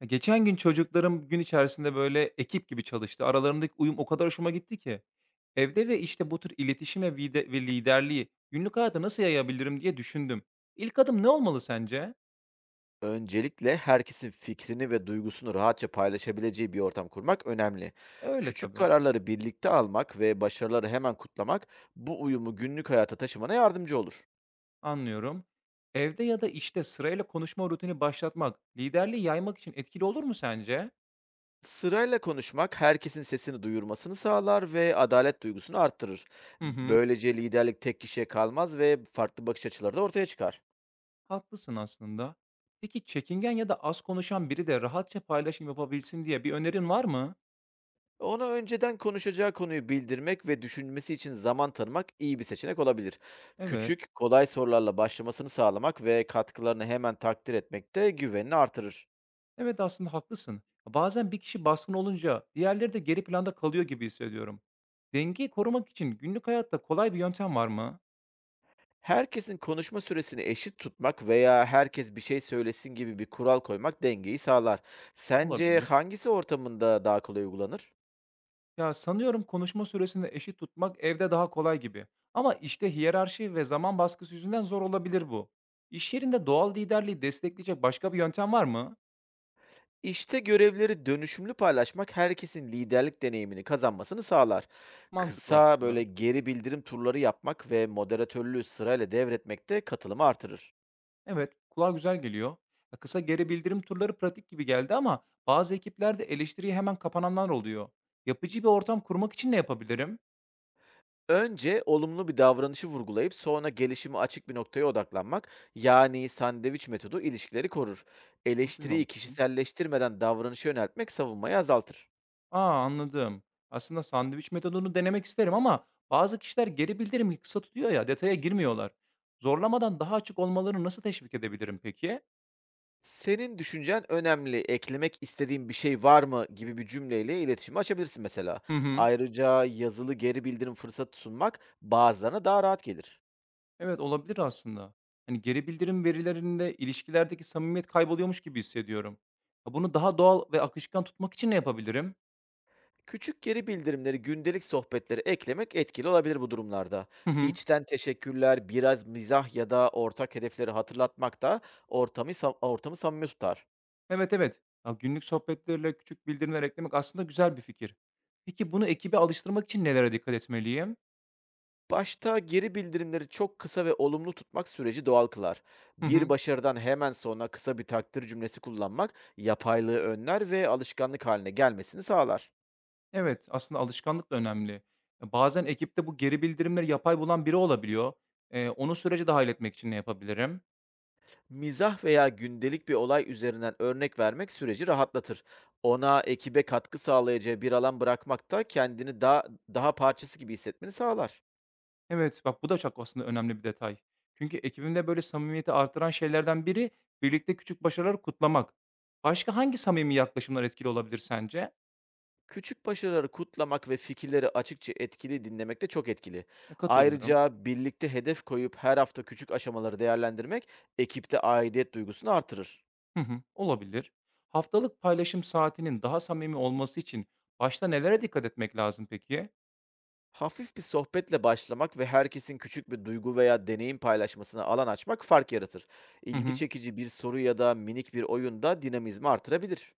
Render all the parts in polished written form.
Ya, geçen gün çocuklarım gün içerisinde, böyle, ekip gibi çalıştı. Aralarındaki uyum o kadar hoşuma gitti ki. Evde ve işte bu tür iletişim ve vide ve liderliği günlük hayata nasıl yayabilirim diye düşündüm. İlk adım ne olmalı sence? Öncelikle herkesin fikrini ve duygusunu rahatça paylaşabileceği bir ortam kurmak önemli. E, öyle Küçük tabii. kararları birlikte almak ve başarıları hemen kutlamak bu uyumu günlük hayata taşımana yardımcı olur. Anlıyorum. Evde ya da işte sırayla konuşma rutini başlatmak, liderliği yaymak için etkili olur mu sence? Sırayla konuşmak herkesin sesini duyurmasını sağlar ve adalet duygusunu arttırır. Hı hı. Böylece liderlik tek kişiye kalmaz ve farklı bakış açıları da ortaya çıkar. Haklısın aslında. Peki çekingen ya da az konuşan biri de rahatça paylaşım yapabilsin diye bir önerin var mı? Ona önceden konuşacağı konuyu bildirmek ve düşünmesi için zaman tanımak iyi bir seçenek olabilir. Evet. Küçük, kolay sorularla başlamasını sağlamak ve katkılarını hemen takdir etmek de güvenini artırır. Evet, aslında haklısın. Bazen bir kişi baskın olunca diğerleri de geri planda kalıyor gibi hissediyorum. Dengeyi korumak için günlük hayatta kolay bir yöntem var mı? Herkesin konuşma süresini eşit tutmak veya herkes bir şey söylesin gibi bir kural koymak dengeyi sağlar. Sence Olabilir. hangisi ortamında daha kolay uygulanır? Ya sanıyorum konuşma süresini eşit tutmak evde daha kolay gibi. Ama işte hiyerarşi ve zaman baskısı yüzünden zor olabilir bu. İş yerinde doğal liderliği destekleyecek başka bir yöntem var mı? İşte görevleri dönüşümlü paylaşmak herkesin liderlik deneyimini kazanmasını sağlar. Mantıklı Kısa böyle aslında. geri bildirim turları yapmak ve moderatörlüğü sırayla devretmek de katılımı artırır. Evet, kulağa güzel geliyor. Ya, kısa geri bildirim turları pratik gibi geldi ama bazı ekiplerde eleştiriye hemen kapananlar oluyor. Yapıcı bir ortam kurmak için ne yapabilirim? Önce olumlu bir davranışı vurgulayıp sonra gelişimi açık bir noktaya odaklanmak, yani sandviç metodu, ilişkileri korur. Bunu Eleştiriyi duymamıştım. kişiselleştirmeden davranışı yöneltmek savunmayı azaltır. Aa, anladım. Aslında sandviç metodunu denemek isterim ama bazı kişiler geri bildirimi kısa tutuyor ya detaya girmiyorlar. Zorlamadan daha açık olmalarını nasıl teşvik edebilirim peki? Senin düşüncen önemli, eklemek istediğin bir şey var mı gibi bir cümleyle iletişimi açabilirsin mesela. Hı hı. Ayrıca yazılı geri bildirim fırsatı sunmak bazılarına daha rahat gelir. Evet olabilir aslında. Hani geri bildirim verilerinde ilişkilerdeki samimiyet kayboluyormuş gibi hissediyorum. Ya, bunu daha doğal ve akışkan tutmak için ne yapabilirim? Küçük geri bildirimleri gündelik sohbetleri eklemek etkili olabilir bu durumlarda. Hı hı. İçten teşekkürler, biraz mizah ya da ortak hedefleri hatırlatmak da ortamı samimi tutar. Evet, evet. Ya, günlük sohbetlerle küçük bildirimler eklemek aslında güzel bir fikir. Peki bunu ekibe alıştırmak için nelere dikkat etmeliyim? Başta geri bildirimleri çok kısa ve olumlu tutmak süreci doğal kılar. Hı hı. Bir başarıdan hemen sonra kısa bir takdir cümlesi kullanmak yapaylığı önler ve alışkanlık haline gelmesini sağlar. Evet, aslında alışkanlık da önemli. E, bazen ekipte bu geri bildirimleri yapay bulan biri olabiliyor. E, onu sürece dahil etmek için ne yapabilirim? Mizah veya gündelik bir olay üzerinden örnek vermek süreci rahatlatır. Ona ekibe katkı sağlayacağı bir alan bırakmak da kendini daha parçası gibi hissetmeni sağlar. Evet, bak bu da çok aslında önemli bir detay. Çünkü ekibimde böyle samimiyeti artıran şeylerden biri birlikte küçük başarıları kutlamak. Başka hangi samimi yaklaşımlar etkili olabilir sence? Küçük başarıları kutlamak ve fikirleri açıkça etkili dinlemek de çok etkili. E, katılıyorum. Ayrıca birlikte hedef koyup her hafta küçük aşamaları değerlendirmek ekipte aidiyet duygusunu artırır. Hı hı, olabilir. Haftalık paylaşım saatinin daha samimi olması için başta nelere dikkat etmek lazım peki? Hafif bir sohbetle başlamak ve herkesin küçük bir duygu veya deneyim paylaşmasına alan açmak fark yaratır. Hı İlgi hı. çekici bir soru ya da minik bir oyun da dinamizmi artırabilir.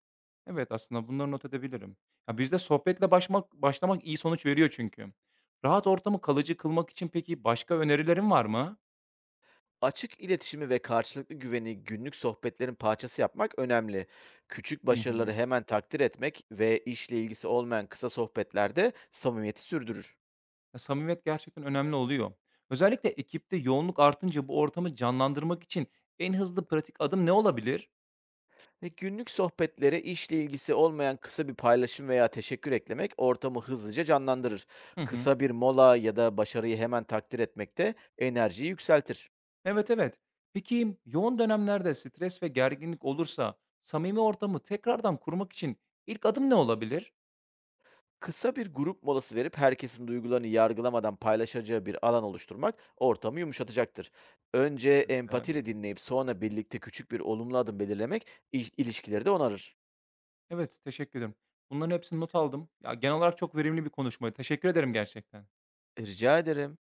Evet, aslında bunları not edebilirim. Ya bizde sohbetle başlamak iyi sonuç veriyor çünkü. Rahat ortamı kalıcı kılmak için peki başka önerilerin var mı? Açık iletişimi ve karşılıklı güveni günlük sohbetlerin parçası yapmak önemli. Küçük Hı hı. başarıları hemen takdir etmek ve işle ilgisi olmayan kısa sohbetlerde samimiyeti sürdürür. Ya, samimiyet gerçekten önemli oluyor. Özellikle ekipte yoğunluk artınca bu ortamı canlandırmak için en hızlı pratik adım ne olabilir? Ve günlük sohbetlere işle ilgisi olmayan kısa bir paylaşım veya teşekkür eklemek ortamı hızlıca canlandırır. Hı hı. Kısa bir mola ya da başarıyı hemen takdir etmek de enerjiyi yükseltir. Evet, evet. Peki, yoğun dönemlerde stres ve gerginlik olursa samimi ortamı tekrardan kurmak için ilk adım ne olabilir? Kısa bir grup molası verip herkesin duygularını yargılamadan paylaşacağı bir alan oluşturmak ortamı yumuşatacaktır. Önce Eee, empatiyle dinleyip sonra birlikte küçük bir olumlu adım belirlemek ilişkileri de onarır. evet, teşekkür ederim. Bunların hepsini not aldım. Ya, genel olarak çok verimli bir konuşmaydı. Teşekkür ederim gerçekten. Rica ederim.